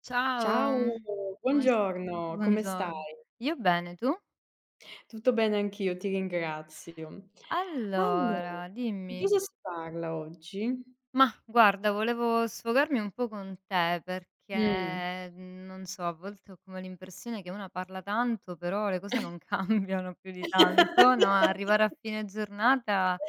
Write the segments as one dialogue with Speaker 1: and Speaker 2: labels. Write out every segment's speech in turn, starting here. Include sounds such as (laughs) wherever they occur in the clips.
Speaker 1: Ciao,
Speaker 2: Ciao,
Speaker 1: come s
Speaker 2: buongiorno, come
Speaker 1: buongiorno.
Speaker 2: stai?
Speaker 1: Io bene, tu?
Speaker 2: Tutto bene anch'io, ti ringrazio. Allo
Speaker 1: Allora,
Speaker 2: Di
Speaker 1: dimmi.
Speaker 2: cosa si parla oggi?
Speaker 1: Mah, guarda, volevo sfogarmi un po' con te
Speaker 2: Mh.
Speaker 1: perché, non so, a volte ho come l'impressione che una parla tanto, però le cose non (laughs) cambiano più di tanto, no,
Speaker 2: (laughs)
Speaker 1: arrivare a fine giornata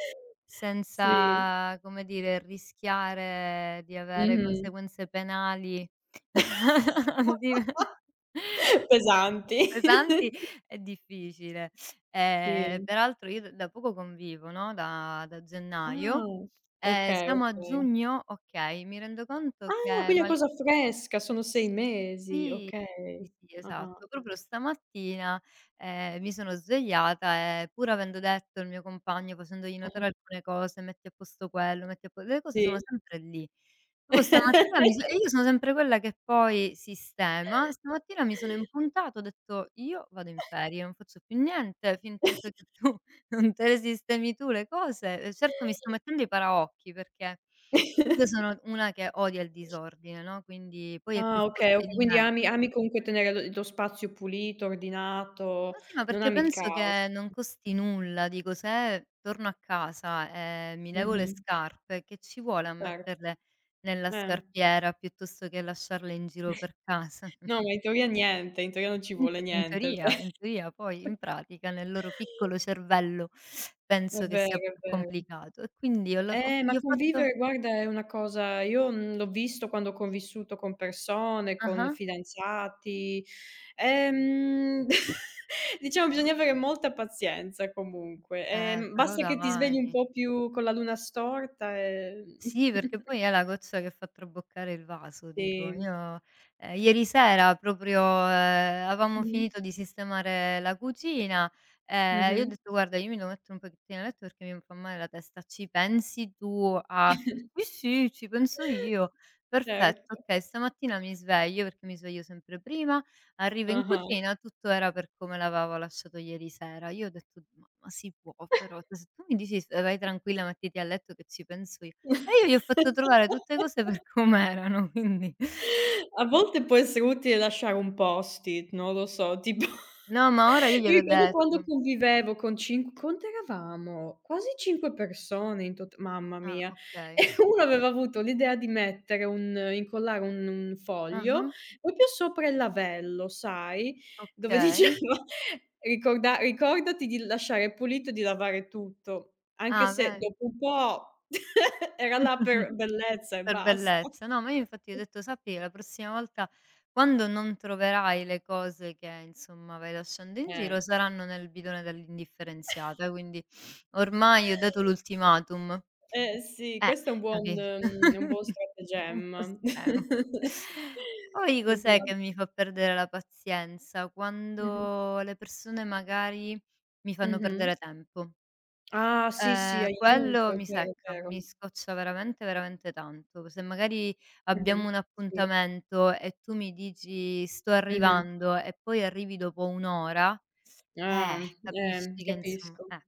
Speaker 2: Sì.
Speaker 1: senza, come dire, rischiare di avere
Speaker 2: Mh-mh.
Speaker 1: conseguenze penali.
Speaker 2: (laughs)
Speaker 1: (laughs) al Di
Speaker 2: Pesanti.
Speaker 1: Pesanti
Speaker 2: (laughs)
Speaker 1: è difficile.
Speaker 2: Sì.
Speaker 1: Peraltro io d da poco convivo, no, da
Speaker 2: Ah,
Speaker 1: gennaio.
Speaker 2: okay,
Speaker 1: Siamo a
Speaker 2: okay.
Speaker 1: giugno, okay, mi rendo conto
Speaker 2: Ah,
Speaker 1: che
Speaker 2: quindi è
Speaker 1: mal
Speaker 2: cosa fresca, sono 6 mesi,
Speaker 1: sì.
Speaker 2: okay.
Speaker 1: Sì, sì,
Speaker 2: Ah-ah,
Speaker 1: esatto. Proprio stamattina, mi sono svegliata e pur avendo detto al mio compagno, facendogli
Speaker 2: ah-ah,
Speaker 1: notare alcune cose: "Metti a posto quello, metti a po" le cose sono
Speaker 2: sì.
Speaker 1: sempre lì. Proprio stamattina mi so e io sono sempre quella che poi sistema, stamattina mi sono impuntata, ho detto: "Io vado in ferie, non faccio più niente fintanto che tu (laughs) non te le sistemi tu le cose". E certo mi sto
Speaker 2: (laughs)
Speaker 1: mettendo i paraocchi perché io sono una che odia il disordine, no, quindi poi è più
Speaker 2: Ah, okay,
Speaker 1: forte
Speaker 2: okay,
Speaker 1: di
Speaker 2: quindi
Speaker 1: me.
Speaker 2: ami comunque tenere lo spazio pulito, ordinato,
Speaker 1: No, sì, ma
Speaker 2: non
Speaker 1: perché
Speaker 2: ami il
Speaker 1: penso
Speaker 2: caos.
Speaker 1: che non costi nulla, dico se torno a casa e mi levo le
Speaker 2: Mh-mh,
Speaker 1: scarpe, che ci vuole a
Speaker 2: certo.
Speaker 1: metterle nella
Speaker 2: Eh.
Speaker 1: scarpiera piuttosto che lasciarle in giro per casa?
Speaker 2: No,
Speaker 1: (laughs)
Speaker 2: ma in teoria niente, in teoria non ci vuole
Speaker 1: In
Speaker 2: niente.
Speaker 1: teoria, poi in pratica nel loro piccolo cervello
Speaker 2: È
Speaker 1: penso che sia
Speaker 2: vero, è
Speaker 1: più
Speaker 2: vero.
Speaker 1: complicato e quindi ho f gli
Speaker 2: Ma
Speaker 1: ho fatto
Speaker 2: convivere guarda è una cosa, io, l'ho visto quando ho convissuto con persone, con
Speaker 1: ah-ah,
Speaker 2: fidanzati. Ehm, (laughs) diciamo bisogna avere molta pazienza comunque.
Speaker 1: però
Speaker 2: Basta che ti svegli un
Speaker 1: dai.
Speaker 2: po' più con la luna storta e
Speaker 1: Sì, perché
Speaker 2: (laughs)
Speaker 1: poi è la goccia che fa traboccare il vaso, dico.
Speaker 2: Sì.
Speaker 1: Io, ieri sera proprio, avevamo
Speaker 2: Mh-mh.
Speaker 1: finito di sistemare la cucina, io ho
Speaker 2: Mh-mh.
Speaker 1: detto: "Guarda, io mi devo mettere un pochettino a letto perché mi fa male la testa". "Ci pensi tu a"
Speaker 2: (laughs)
Speaker 1: "Sì, sì, ci penso io". "Perfetto,
Speaker 2: Certo.
Speaker 1: okay". Stamattina mi sveglio, perché mi sveglio sempre prima, arrivo in
Speaker 2: Ah-ah.
Speaker 1: cucina, tutto era per come l'avevo lasciato ieri sera. Io ho detto: "Ma si può però? Cioè, se tu mi dici: 'Vai tranquilla, mettiti a letto che ci penso io'". E io gli ho fatto trovare tutte cose per com'erano, (laughs) quindi
Speaker 2: A volte può essere utile lasciare un post-it, non lo so, tipo
Speaker 1: no, ma ora
Speaker 2: (laughs)
Speaker 1: io
Speaker 2: io
Speaker 1: gliel'ho
Speaker 2: ricordo quando
Speaker 1: detto.
Speaker 2: convivevo con, cin quanti eravamo? Quasi 5 persone in tot, mamma
Speaker 1: Ah,
Speaker 2: mia, (laughs)
Speaker 1: okay.
Speaker 2: e uno aveva avuto l'idea di mettere un incollare un foglio
Speaker 1: Ah-ah,
Speaker 2: proprio sopra il lavello, sai, dove diceva:
Speaker 1: okay.
Speaker 2: (laughs) Ricordati di lasciare pulito e di lavare tutto", anche
Speaker 1: Ah,
Speaker 2: se
Speaker 1: ve
Speaker 2: dopo un po' (laughs) era là
Speaker 1: (laughs)
Speaker 2: per bellezza e
Speaker 1: Per
Speaker 2: basta.
Speaker 1: bellezza. No, ma io infatti gli ho detto: "Sappi che la prossima volta quando non troverai le cose che, insomma, vai lasciando in
Speaker 2: Eh.
Speaker 1: giro, saranno nel bidone dell'indifferenziato, eh". Quindi ormai ho dato l'ultimatum.
Speaker 2: Eh sì,
Speaker 1: Eh,
Speaker 2: questo è un buon,
Speaker 1: capi
Speaker 2: è un buon
Speaker 1: (laughs) un po'
Speaker 2: stratagemma.
Speaker 1: estremo.
Speaker 2: (laughs)
Speaker 1: (laughs) Poi
Speaker 2: Esa
Speaker 1: cos'è che mi fa perdere la pazienza?
Speaker 2: Mh-mh,
Speaker 1: Quando le persone magari mi fanno
Speaker 2: mh-mh.
Speaker 1: perdere tempo.
Speaker 2: Ah sì, sì, aiuto,
Speaker 1: Quello
Speaker 2: è
Speaker 1: mi
Speaker 2: vero, è
Speaker 1: secca,
Speaker 2: vero.
Speaker 1: mi scoccia veramente, veramente tanto. Se magari
Speaker 2: Mh-mh,
Speaker 1: abbiamo un
Speaker 2: sì,
Speaker 1: appuntamento e tu mi dici: "Sto
Speaker 2: mh-mh.
Speaker 1: arrivando" e poi arrivi dopo 1 ora,
Speaker 2: Ah,
Speaker 1: capisci che insomma
Speaker 2: capisco,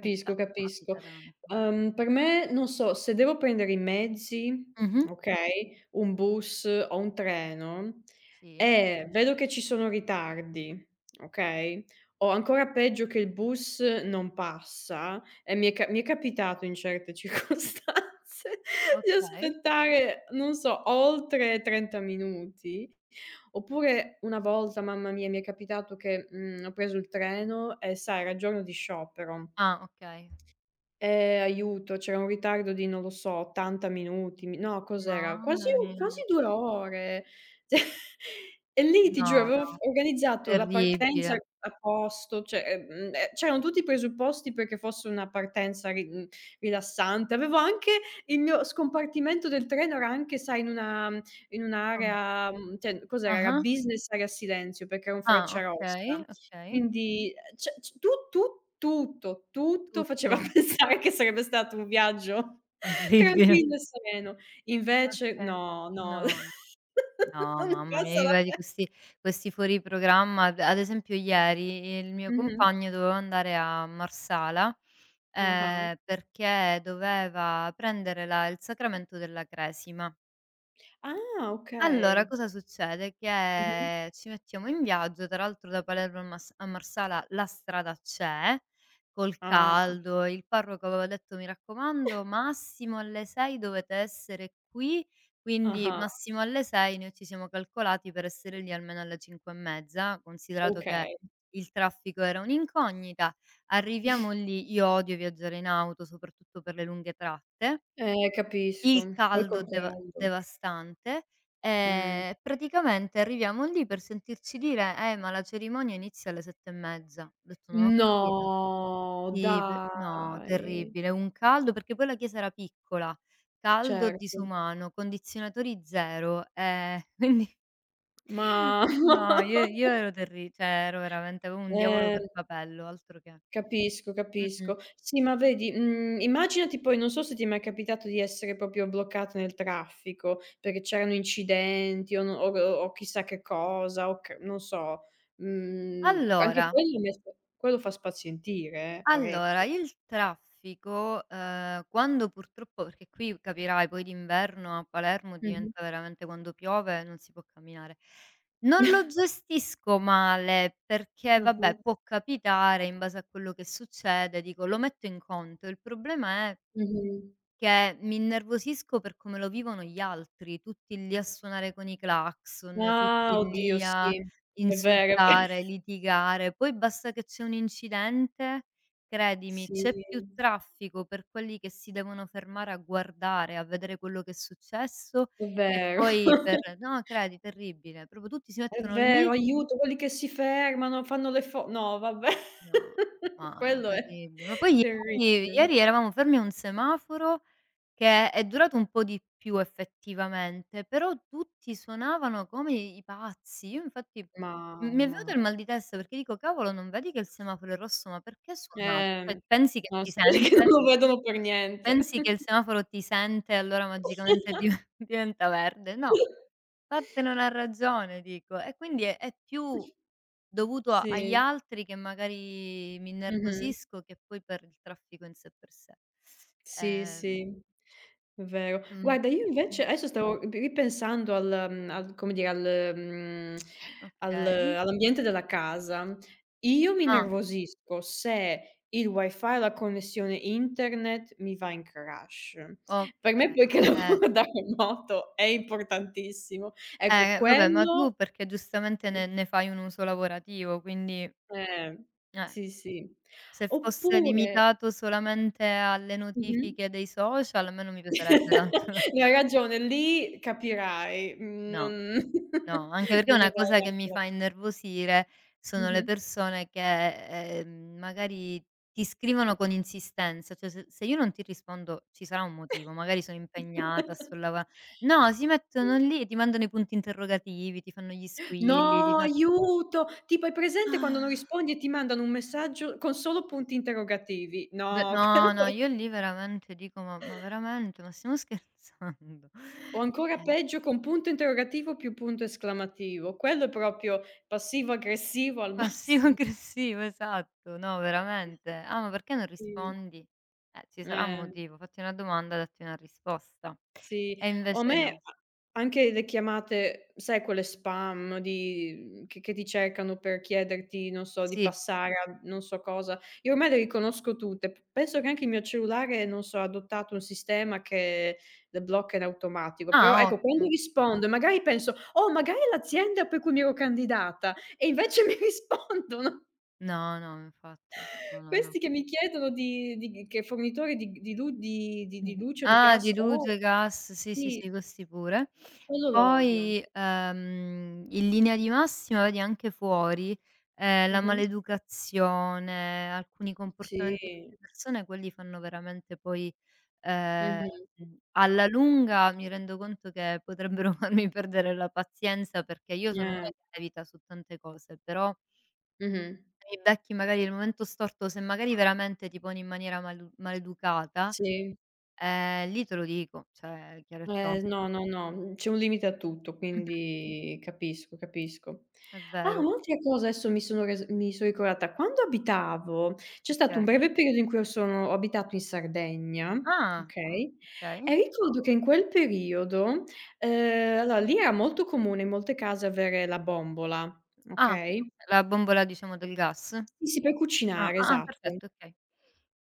Speaker 1: e ca capita
Speaker 2: capisco.
Speaker 1: tanto.
Speaker 2: Per me, non so, se devo prendere i mezzi,
Speaker 1: Mh-mh.
Speaker 2: okay, un bus o un treno.
Speaker 1: Sì,
Speaker 2: Vedo che ci sono ritardi, okay, o ancora peggio che il bus non passa, e mi è capitato in certe (laughs) circostanze di
Speaker 1: okay.
Speaker 2: aspettare, non so, oltre 30 minuti. Oppure una volta, mamma mia, mi è capitato che, ho preso il treno e, sai, era giorno di sciopero,
Speaker 1: Ah, okay.
Speaker 2: aiuto, c'era un ritardo di, non lo so, 80 minuti, mi no cos'era? Quasi
Speaker 1: Mamma
Speaker 2: u quasi
Speaker 1: mia.
Speaker 2: 2 ore. (laughs) Cioè, e lì ti
Speaker 1: No,
Speaker 2: giuro, avevo
Speaker 1: no,
Speaker 2: f organizzato la partenza
Speaker 1: terribile.
Speaker 2: a posto. Cioè, c'erano tutti i presupposti perché fosse una partenza, rilassante. Avevo anche, il mio scompartimento del treno era anche, sai, in
Speaker 1: Come
Speaker 2: un'area, cioè cos'era? Era
Speaker 1: ah-ah.
Speaker 2: business, area silenzio, perché era un
Speaker 1: Ah, okay,
Speaker 2: Frecciarossa.
Speaker 1: okay.
Speaker 2: Quindi, cioè c tu tutto, tutto faceva (laughs)
Speaker 1: Tutto.
Speaker 2: pensare che sarebbe stato un viaggio
Speaker 1: (laughs)
Speaker 2: (laughs)
Speaker 1: Terribile.
Speaker 2: tranquillo e sereno. Invece
Speaker 1: Okay.
Speaker 2: no, no,
Speaker 1: No,
Speaker 2: (laughs)
Speaker 1: no,
Speaker 2: non ne
Speaker 1: mamma mia,
Speaker 2: passa
Speaker 1: io
Speaker 2: la
Speaker 1: vedi
Speaker 2: pe
Speaker 1: questi fuori programma ad esempio ieri il mio
Speaker 2: Mh-mh.
Speaker 1: compagno doveva andare a Marsala,
Speaker 2: Ah-ah.
Speaker 1: perché doveva prendere la il sacramento della Cresima.
Speaker 2: Ah,
Speaker 1: Allora
Speaker 2: okay.
Speaker 1: cosa succede?
Speaker 2: Mh-mh.
Speaker 1: Che ci mettiamo in viaggio, tra l'altro da Palermo a Mas a Marsala la strada c'è, col
Speaker 2: Ah.
Speaker 1: caldo, il parroco aveva detto: "Mi raccomando massimo alle 6 dovete essere qui", quindi
Speaker 2: Ah-ah,
Speaker 1: massimo alle 6 noi ci siamo calcolati per essere lì almeno alle 5 e mezza, considerato che
Speaker 2: okay.
Speaker 1: il traffico era un'incognita. Arriviamo lì, io odio viaggiare in auto, soprattutto per le lunghe tratte
Speaker 2: Capisco.
Speaker 1: il
Speaker 2: Poi
Speaker 1: caldo
Speaker 2: col caldo.
Speaker 1: devastante,
Speaker 2: Mh.
Speaker 1: praticamente arriviamo lì per sentirci dire: ma la cerimonia inizia alle 7 e mezza". Ho detto: "Non ho capito".
Speaker 2: No,
Speaker 1: Sì, pe no,
Speaker 2: dai.
Speaker 1: terribile, un caldo perché poi la chiesa era piccola, caldo
Speaker 2: Certo.
Speaker 1: disumano, condizionatori 0, (laughs) quindi
Speaker 2: Ma (laughs)
Speaker 1: no, io ero terri cioè ero veramente avevo un diavolo
Speaker 2: Eh.
Speaker 1: per capello, altro che.
Speaker 2: Capisco,
Speaker 1: Mh-mh.
Speaker 2: capisco. Sì, ma vedi, immaginati, poi non so se ti è mai capitato di essere proprio bloccata nel traffico, perché c'erano incidenti o no, o g o chissà che cosa, o c non so, anche
Speaker 1: Allora
Speaker 2: quello, mi è sta quello fa spazientire,
Speaker 1: Allora,
Speaker 2: parecchio.
Speaker 1: il traffico, quando purtroppo perché qui capirai poi d'inverno a Palermo
Speaker 2: Mh-mh.
Speaker 1: diventa veramente quando piove non si può camminare. Non lo gestisco male, perché
Speaker 2: Mh-mh.
Speaker 1: vabbè può capitare in base a quello che succede, dico lo metto in conto. Il problema è
Speaker 2: Mh-mh.
Speaker 1: che mi innervosisco per come lo vivono gli altri, tutti lì a suonare con i clacson, tutti
Speaker 2: Ah, oddio
Speaker 1: lì a
Speaker 2: sì. È vero, è ve
Speaker 1: insultare, litigare. Poi basta che c'è un incidente, credimi,
Speaker 2: sì,
Speaker 1: c'è più traffico per quelli che si devono fermare a guardare, a vedere quello che è successo,
Speaker 2: è
Speaker 1: che
Speaker 2: vero. (laughs)
Speaker 1: poi per no, credi, terribile. Proprio tutti si
Speaker 2: È
Speaker 1: mettono
Speaker 2: vero,
Speaker 1: lì
Speaker 2: aiuto, quelli che si fermano, fanno le fo no, vabbè,
Speaker 1: no,
Speaker 2: (laughs)
Speaker 1: ma no,
Speaker 2: quello è
Speaker 1: terribili. Ma poi
Speaker 2: terribile.
Speaker 1: ieri eravamo fermi a un semaforo che è durato un po' di più effettivamente, però tutti suonavano come i pazzi. Io infatti m mi è venuto
Speaker 2: Mamma.
Speaker 1: il mal di testa perché dico: "Cavolo, non vedi che il semaforo è rosso? Ma perché suonate? Cioè
Speaker 2: Eh,
Speaker 1: pensi che
Speaker 2: no,
Speaker 1: ti
Speaker 2: spero che non
Speaker 1: sente?
Speaker 2: lo vedano per niente.
Speaker 1: Pensi che il semaforo ti sente e allora magicamente
Speaker 2: (laughs)
Speaker 1: div (laughs) diventa verde? No, vattene una ragione", dico. E quindi è più dovuto a agli
Speaker 2: Sì.
Speaker 1: altri che magari mi
Speaker 2: Mh-mh.
Speaker 1: innervosisco che poi per il traffico in sé per sé.
Speaker 2: Sì,
Speaker 1: Ehm,
Speaker 2: sì, è vero. Guarda, io invece
Speaker 1: mh.
Speaker 2: adesso stavo ri ripensando al, al, come dire, al,
Speaker 1: Okay.
Speaker 2: all'ambiente della casa. Io mi
Speaker 1: Ah,
Speaker 2: innervosisco se il wifi, la connessione internet, mi va in crash. Per me,
Speaker 1: okay.
Speaker 2: poiché (laughs)
Speaker 1: Eh,
Speaker 2: lavoro da remoto, è importantissimo. Ecco
Speaker 1: eh, vabbè, ma
Speaker 2: quello,
Speaker 1: tu perché giustamente ne fai un uso lavorativo, quindi,
Speaker 2: eh,
Speaker 1: eh,
Speaker 2: sì, sì.
Speaker 1: se fosse
Speaker 2: Oppure
Speaker 1: limitato solamente alle
Speaker 2: mh-mh.
Speaker 1: notifiche dei social, a me non mi piacerebbe tanto.
Speaker 2: (laughs) No, hai
Speaker 1: (laughs)
Speaker 2: ragione, lì capirai, non
Speaker 1: No. No,
Speaker 2: (laughs)
Speaker 1: anche perché
Speaker 2: non ne
Speaker 1: una
Speaker 2: vale
Speaker 1: cosa che
Speaker 2: neanche
Speaker 1: mi
Speaker 2: la
Speaker 1: fa innervosire sono le
Speaker 2: Mh-mh.
Speaker 1: persone che, magari ti scrivono con insistenza, cioè se io non ti rispondo ci sarà un motivo, magari sono impegnata, sto lava
Speaker 2: (laughs)
Speaker 1: no, si mettono lì, e ti mandano i punti interrogativi, ti fanno gli
Speaker 2: No,
Speaker 1: squilli, ti fa
Speaker 2: aiuto! Tipo, hai presente quando non rispondi e ti mandano un messaggio con solo punti interrogativi?
Speaker 1: d
Speaker 2: No, (laughs)
Speaker 1: no,
Speaker 2: quello
Speaker 1: no,
Speaker 2: è,
Speaker 1: io lì veramente dico: "Ma veramente? Ma stiamo scherzando?"
Speaker 2: o
Speaker 1: (laughs)
Speaker 2: ancora
Speaker 1: Eh.
Speaker 2: peggio, con punto interrogativo più punto esclamativo. Quello è proprio passivo aggressivo al (laughs) massimo.
Speaker 1: Passivo-aggressivo, (laughs) esatto. No, veramente. "Ah, ma perché non
Speaker 2: Sì,
Speaker 1: rispondi?" Ci sarà un
Speaker 2: eh.
Speaker 1: motivo. Fatti una domanda, datti una risposta.
Speaker 2: Sì,
Speaker 1: E
Speaker 2: o a
Speaker 1: invece
Speaker 2: me
Speaker 1: no.
Speaker 2: a anche le chiamate, sai, quelle spam di, che ti cercano per chiederti, non so, di
Speaker 1: Sì.
Speaker 2: passare a non so cosa. Io ormai le riconosco tutte. P Penso che anche il mio cellulare, non so, ha adottato un sistema che le blocca in automatico. Però
Speaker 1: Ah,
Speaker 2: ecco, quando
Speaker 1: ottimo.
Speaker 2: rispondo e magari penso: "Oh, magari è l'azienda per cui mi ero candidata", e invece (laughs) mi rispondono.
Speaker 1: No, no, infatti. No, no, no.
Speaker 2: Questi che mi chiedono di che fornitore di
Speaker 1: Mh-mh.
Speaker 2: luce o di
Speaker 1: Ah,
Speaker 2: gas
Speaker 1: di
Speaker 2: ho.
Speaker 1: luce, gas, sì, sì,
Speaker 2: Sì.
Speaker 1: sì, questi pure.
Speaker 2: Quello lo odio.
Speaker 1: Poi, in linea di massima vedi anche fuori, la
Speaker 2: Mh-mh.
Speaker 1: maleducazione, alcuni
Speaker 2: Sì.
Speaker 1: comportamenti delle persone, quelli fanno veramente poi ehm,
Speaker 2: Mh-mh.
Speaker 1: alla lunga mi rendo conto che potrebbero (laughs) farmi perdere la pazienza, perché io sono una
Speaker 2: Eh.
Speaker 1: che levita su tante cose, però
Speaker 2: Mh-mh.
Speaker 1: se mi becchi magari il momento storto, se magari veramente ti poni in maniera malu maleducata.
Speaker 2: Sì.
Speaker 1: Lì te lo dico, cioè chiaro e tondo.
Speaker 2: No, no, no, c'è un limite a tutto,
Speaker 1: Mh-mh,
Speaker 2: quindi capisco, capisco.
Speaker 1: è
Speaker 2: Ah,
Speaker 1: vero,
Speaker 2: un'altra cosa adesso, mi sono ricordata. Quando abitavo C'è stato un
Speaker 1: okay.
Speaker 2: breve periodo in cui io sono ho abitato in Sardegna,
Speaker 1: Ah, ah,
Speaker 2: okay,
Speaker 1: okay.
Speaker 2: e ricordo che in quel periodo, allora lì era molto comune in molte case avere la bombola,
Speaker 1: Ah,
Speaker 2: okay?
Speaker 1: oka la bombola diciamo del gas?
Speaker 2: Sì, sì, per
Speaker 1: Ah,
Speaker 2: cucinare,
Speaker 1: ah, ah,
Speaker 2: esatto.
Speaker 1: perfetto, okay.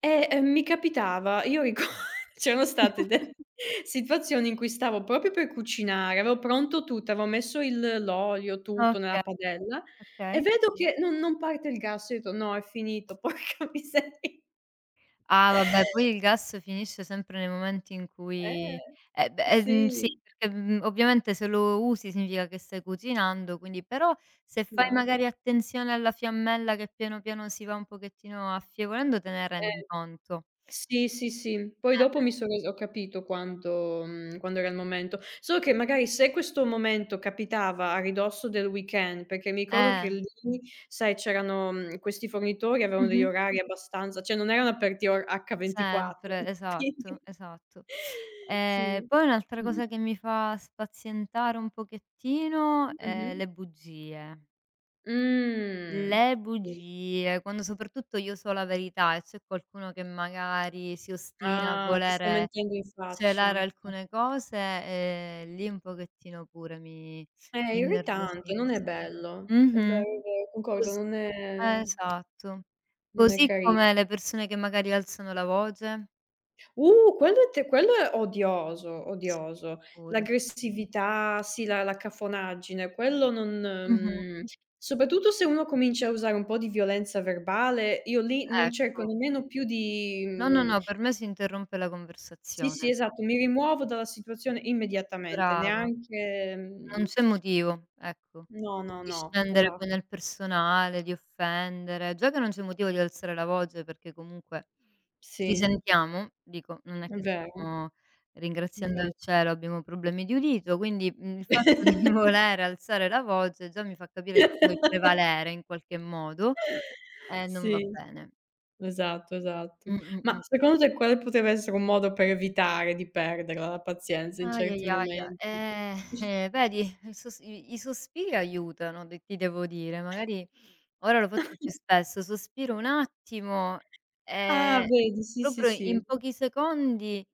Speaker 2: Mi capitava, io rico (laughs) c'erano state de
Speaker 1: (laughs)
Speaker 2: situazioni in cui stavo proprio per cucinare, avevo pronto tutto, avevo messo il l'olio, tutto nella
Speaker 1: Okay,
Speaker 2: padella, e
Speaker 1: okay.
Speaker 2: vedo che non parte il gas. Io ho detto: "No, è finito, (laughs) porca miseria".
Speaker 1: Ah, vabbè poi il gas finisce sempre nei momenti in
Speaker 2: Eh,
Speaker 1: cui eh beh,
Speaker 2: sì,
Speaker 1: sì perché, ovviamente se lo usi significa che stai cucinando, quindi però se fai
Speaker 2: esa
Speaker 1: magari attenzione alla fiammella che piano piano si va un pochettino affievolendo te ne rendi
Speaker 2: eh.
Speaker 1: conto.
Speaker 2: Sì, sì, sì. Poi dopo mi
Speaker 1: Eh.
Speaker 2: son resa ho capito quando era il momento. Solo che magari se questo momento capitava a ridosso del weekend, perché mi ricordo
Speaker 1: Eh.
Speaker 2: che lì, sai, c'erano, questi fornitori avevano degli
Speaker 1: Mh-mh.
Speaker 2: orari abbastanza, cioè non erano aperti, or H24,
Speaker 1: Sempre,
Speaker 2: (laughs) quindi
Speaker 1: esatto, esatto.
Speaker 2: sì.
Speaker 1: Poi un'altra
Speaker 2: Mh-mh.
Speaker 1: cosa che mi fa spazientare un pochettino
Speaker 2: Mh-mh.
Speaker 1: è le bugie.
Speaker 2: Mh.
Speaker 1: Le
Speaker 2: Sì.
Speaker 1: bugie, quando soprattutto io so la verità e c'è qualcuno che magari si ostina a
Speaker 2: Ah, ti sta
Speaker 1: volere
Speaker 2: mentendo in faccia.
Speaker 1: celare alcune cose, lì un pochettino pure
Speaker 2: È
Speaker 1: mi
Speaker 2: irritante, non è
Speaker 1: innervosisco.
Speaker 2: bello.
Speaker 1: Mh-mh.
Speaker 2: È vero, concordo,
Speaker 1: Cos
Speaker 2: non è.
Speaker 1: esatto.
Speaker 2: Non è
Speaker 1: Così
Speaker 2: cari
Speaker 1: come le persone che magari alzano la voce.
Speaker 2: quello è, te quello è odioso,
Speaker 1: Sì,
Speaker 2: odioso.
Speaker 1: pure.
Speaker 2: L'aggressività, sì, la cafonaggine, quello non,
Speaker 1: Mh-mh.
Speaker 2: mhmm, soprattutto se uno comincia a usare un po' di violenza verbale, io lì non cerco
Speaker 1: Ecco.
Speaker 2: nemmeno più di,
Speaker 1: No, no, no, per me si interrompe la
Speaker 2: sì, sì,
Speaker 1: conversazione
Speaker 2: esatto, mi
Speaker 1: proprio.
Speaker 2: rimuovo dalla situazione immediatamente,
Speaker 1: Brava,
Speaker 2: neanche,
Speaker 1: non c'è motivo, ecco,
Speaker 2: no, no,
Speaker 1: di
Speaker 2: no,
Speaker 1: scendere
Speaker 2: esa
Speaker 1: poi nel personale, di offendere. Già che non c'è motivo di alzare la voce perché comunque ci
Speaker 2: sì,
Speaker 1: sentiamo, dico, non è
Speaker 2: è
Speaker 1: che
Speaker 2: vero,
Speaker 1: stiamo
Speaker 2: è
Speaker 1: ringraziando
Speaker 2: vero.
Speaker 1: il cielo, abbiamo problemi di udito, quindi, il fatto (laughs) di
Speaker 2: (laughs)
Speaker 1: volere alzare la voce già mi fa capire che tu vuoi prevalere in qualche modo e non va
Speaker 2: Sì.
Speaker 1: bene.
Speaker 2: Esatto, esatto.
Speaker 1: Mh, mh,
Speaker 2: Ma
Speaker 1: mh.
Speaker 2: secondo te, quale potrebbe essere un modo per evitare di perderla, la pazienza, in
Speaker 1: Aia,
Speaker 2: certi
Speaker 1: aia, aia.
Speaker 2: momenti?
Speaker 1: Eh, vedi, il sos i sospiri aiutano, de ti devo dire. Magari ora lo faccio più
Speaker 2: (laughs)
Speaker 1: spesso, sospiro un attimo
Speaker 2: Ah,
Speaker 1: e
Speaker 2: vedi, sì, sì,
Speaker 1: proprio
Speaker 2: sì.
Speaker 1: in pochi secondi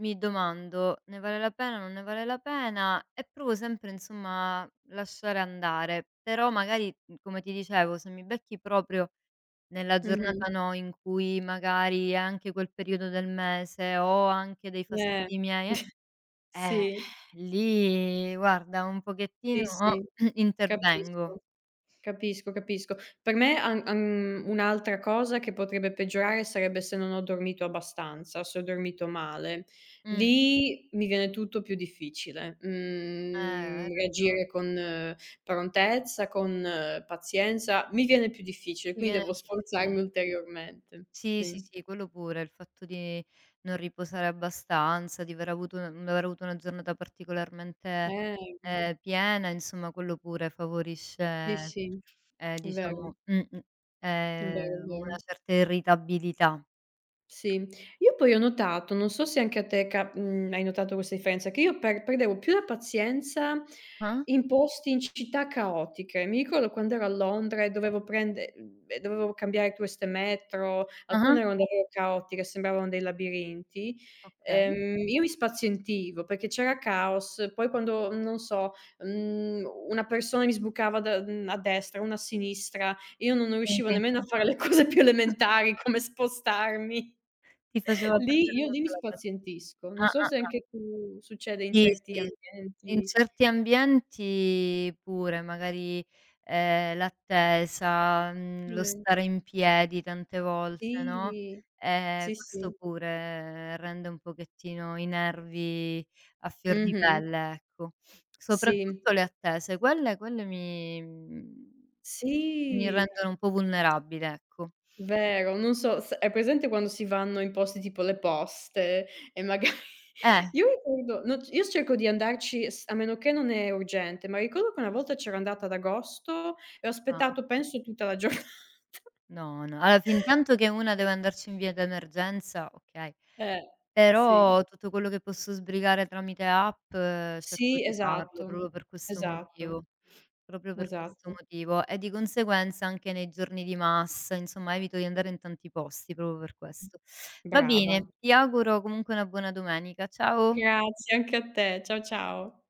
Speaker 1: mi domando: "Ne vale la pena, non ne vale la pena?" E provo sempre, insomma, a lasciare andare. Però magari, come ti dicevo, se mi becchi proprio nella
Speaker 2: Mh-mh.
Speaker 1: giornata no, in cui magari è anche quel periodo del mese, ho anche dei
Speaker 2: Eh,
Speaker 1: fastidi miei, eh,
Speaker 2: sì,
Speaker 1: lì guarda un pochettino
Speaker 2: sì, sì,
Speaker 1: (clears throat) intervengo.
Speaker 2: capisco. Capisco, capisco. Per me, an an un'altra cosa che potrebbe peggiorare sarebbe se non ho dormito abbastanza, se ho dormito male.
Speaker 1: Mh,
Speaker 2: Lì mi viene tutto più difficile,
Speaker 1: hai ragione,
Speaker 2: reagire con, prontezza, con, pazienza. Mi viene più difficile, quindi
Speaker 1: diviene
Speaker 2: devo sforzarmi
Speaker 1: difficile.
Speaker 2: ulteriormente.
Speaker 1: Sì, sì,
Speaker 2: Sì.
Speaker 1: sì, quello pure, il fatto di non riposare abbastanza, di aver avuto una giornata particolarmente,
Speaker 2: Eh,
Speaker 1: piena, insomma quello pure
Speaker 2: sì,
Speaker 1: favorisce,
Speaker 2: sì, è vero,
Speaker 1: diciamo mh-mh,
Speaker 2: è vero, è
Speaker 1: una
Speaker 2: vero.
Speaker 1: certa irritabilità.
Speaker 2: Sì. Io poi ho notato, non so se anche a te, hai notato questa differenza, che io perdevo più la pazienza
Speaker 1: Ah?
Speaker 2: in posti, in città caotiche. Mi ricordo quando ero a
Speaker 1: O
Speaker 2: Londra e dovevo, e dovevo cambiare queste metro,
Speaker 1: ah-ah,
Speaker 2: alcune erano davvero caotiche, sembravano dei labirinti.
Speaker 1: okay.
Speaker 2: Io mi spazientivo perché c'era caos, poi quando, non so, una persona mi sbucava da, a destra, una a sinistra, io non riuscivo
Speaker 1: Quindi
Speaker 2: nemmeno a fare le cose più
Speaker 1: (laughs)
Speaker 2: elementari, come spostarmi.
Speaker 1: ti faceva
Speaker 2: Lì,
Speaker 1: perdere
Speaker 2: io lì mi
Speaker 1: molto la pa
Speaker 2: spazientisco.
Speaker 1: ah,
Speaker 2: Non so
Speaker 1: ah,
Speaker 2: se
Speaker 1: ah.
Speaker 2: anche tu succede in
Speaker 1: Sì,
Speaker 2: certi
Speaker 1: sì. In
Speaker 2: ambienti.
Speaker 1: certi ambienti pure, magari, l'attesa, lo
Speaker 2: Mh.
Speaker 1: stare in piedi tante volte, no,
Speaker 2: Sì, sì,
Speaker 1: questo
Speaker 2: sì.
Speaker 1: pure rende un pochettino i nervi a fior di
Speaker 2: Mh-mh.
Speaker 1: pelle, ecco.
Speaker 2: Sì,
Speaker 1: Soprattutto le attese, quelle mi
Speaker 2: sì,
Speaker 1: rendono un po' vulnerabile, ecco.
Speaker 2: vero. Non so, s hai presente quando si vanno in posti tipo le poste, e magari (laughs)
Speaker 1: Eh,
Speaker 2: io ricordo non c io cerco di andarci, s a meno che non è urgente, ma ricordo che una volta c'ero andata ad agosto e ho
Speaker 1: ah,
Speaker 2: aspettato, penso, tutta la giorna (laughs)
Speaker 1: no, no. Allora, fintanto che una deve andarci in via d'emergenza, okay.
Speaker 2: Eh, sì.
Speaker 1: Però tutto quello che posso sbrigare tramite app cerco
Speaker 2: Sì,
Speaker 1: di farlo
Speaker 2: esatto,
Speaker 1: proprio per questo
Speaker 2: esatto,
Speaker 1: motivo, proprio per questo
Speaker 2: esatto.
Speaker 1: motivo. E di conseguenza anche nei giorni di massa, insomma, evito di andare in tanti posti proprio per questo. Va
Speaker 2: Brava.
Speaker 1: bene, ti auguro comunque una buona domenica. Ciao.
Speaker 2: Grazie anche a te. Ciao, ciao.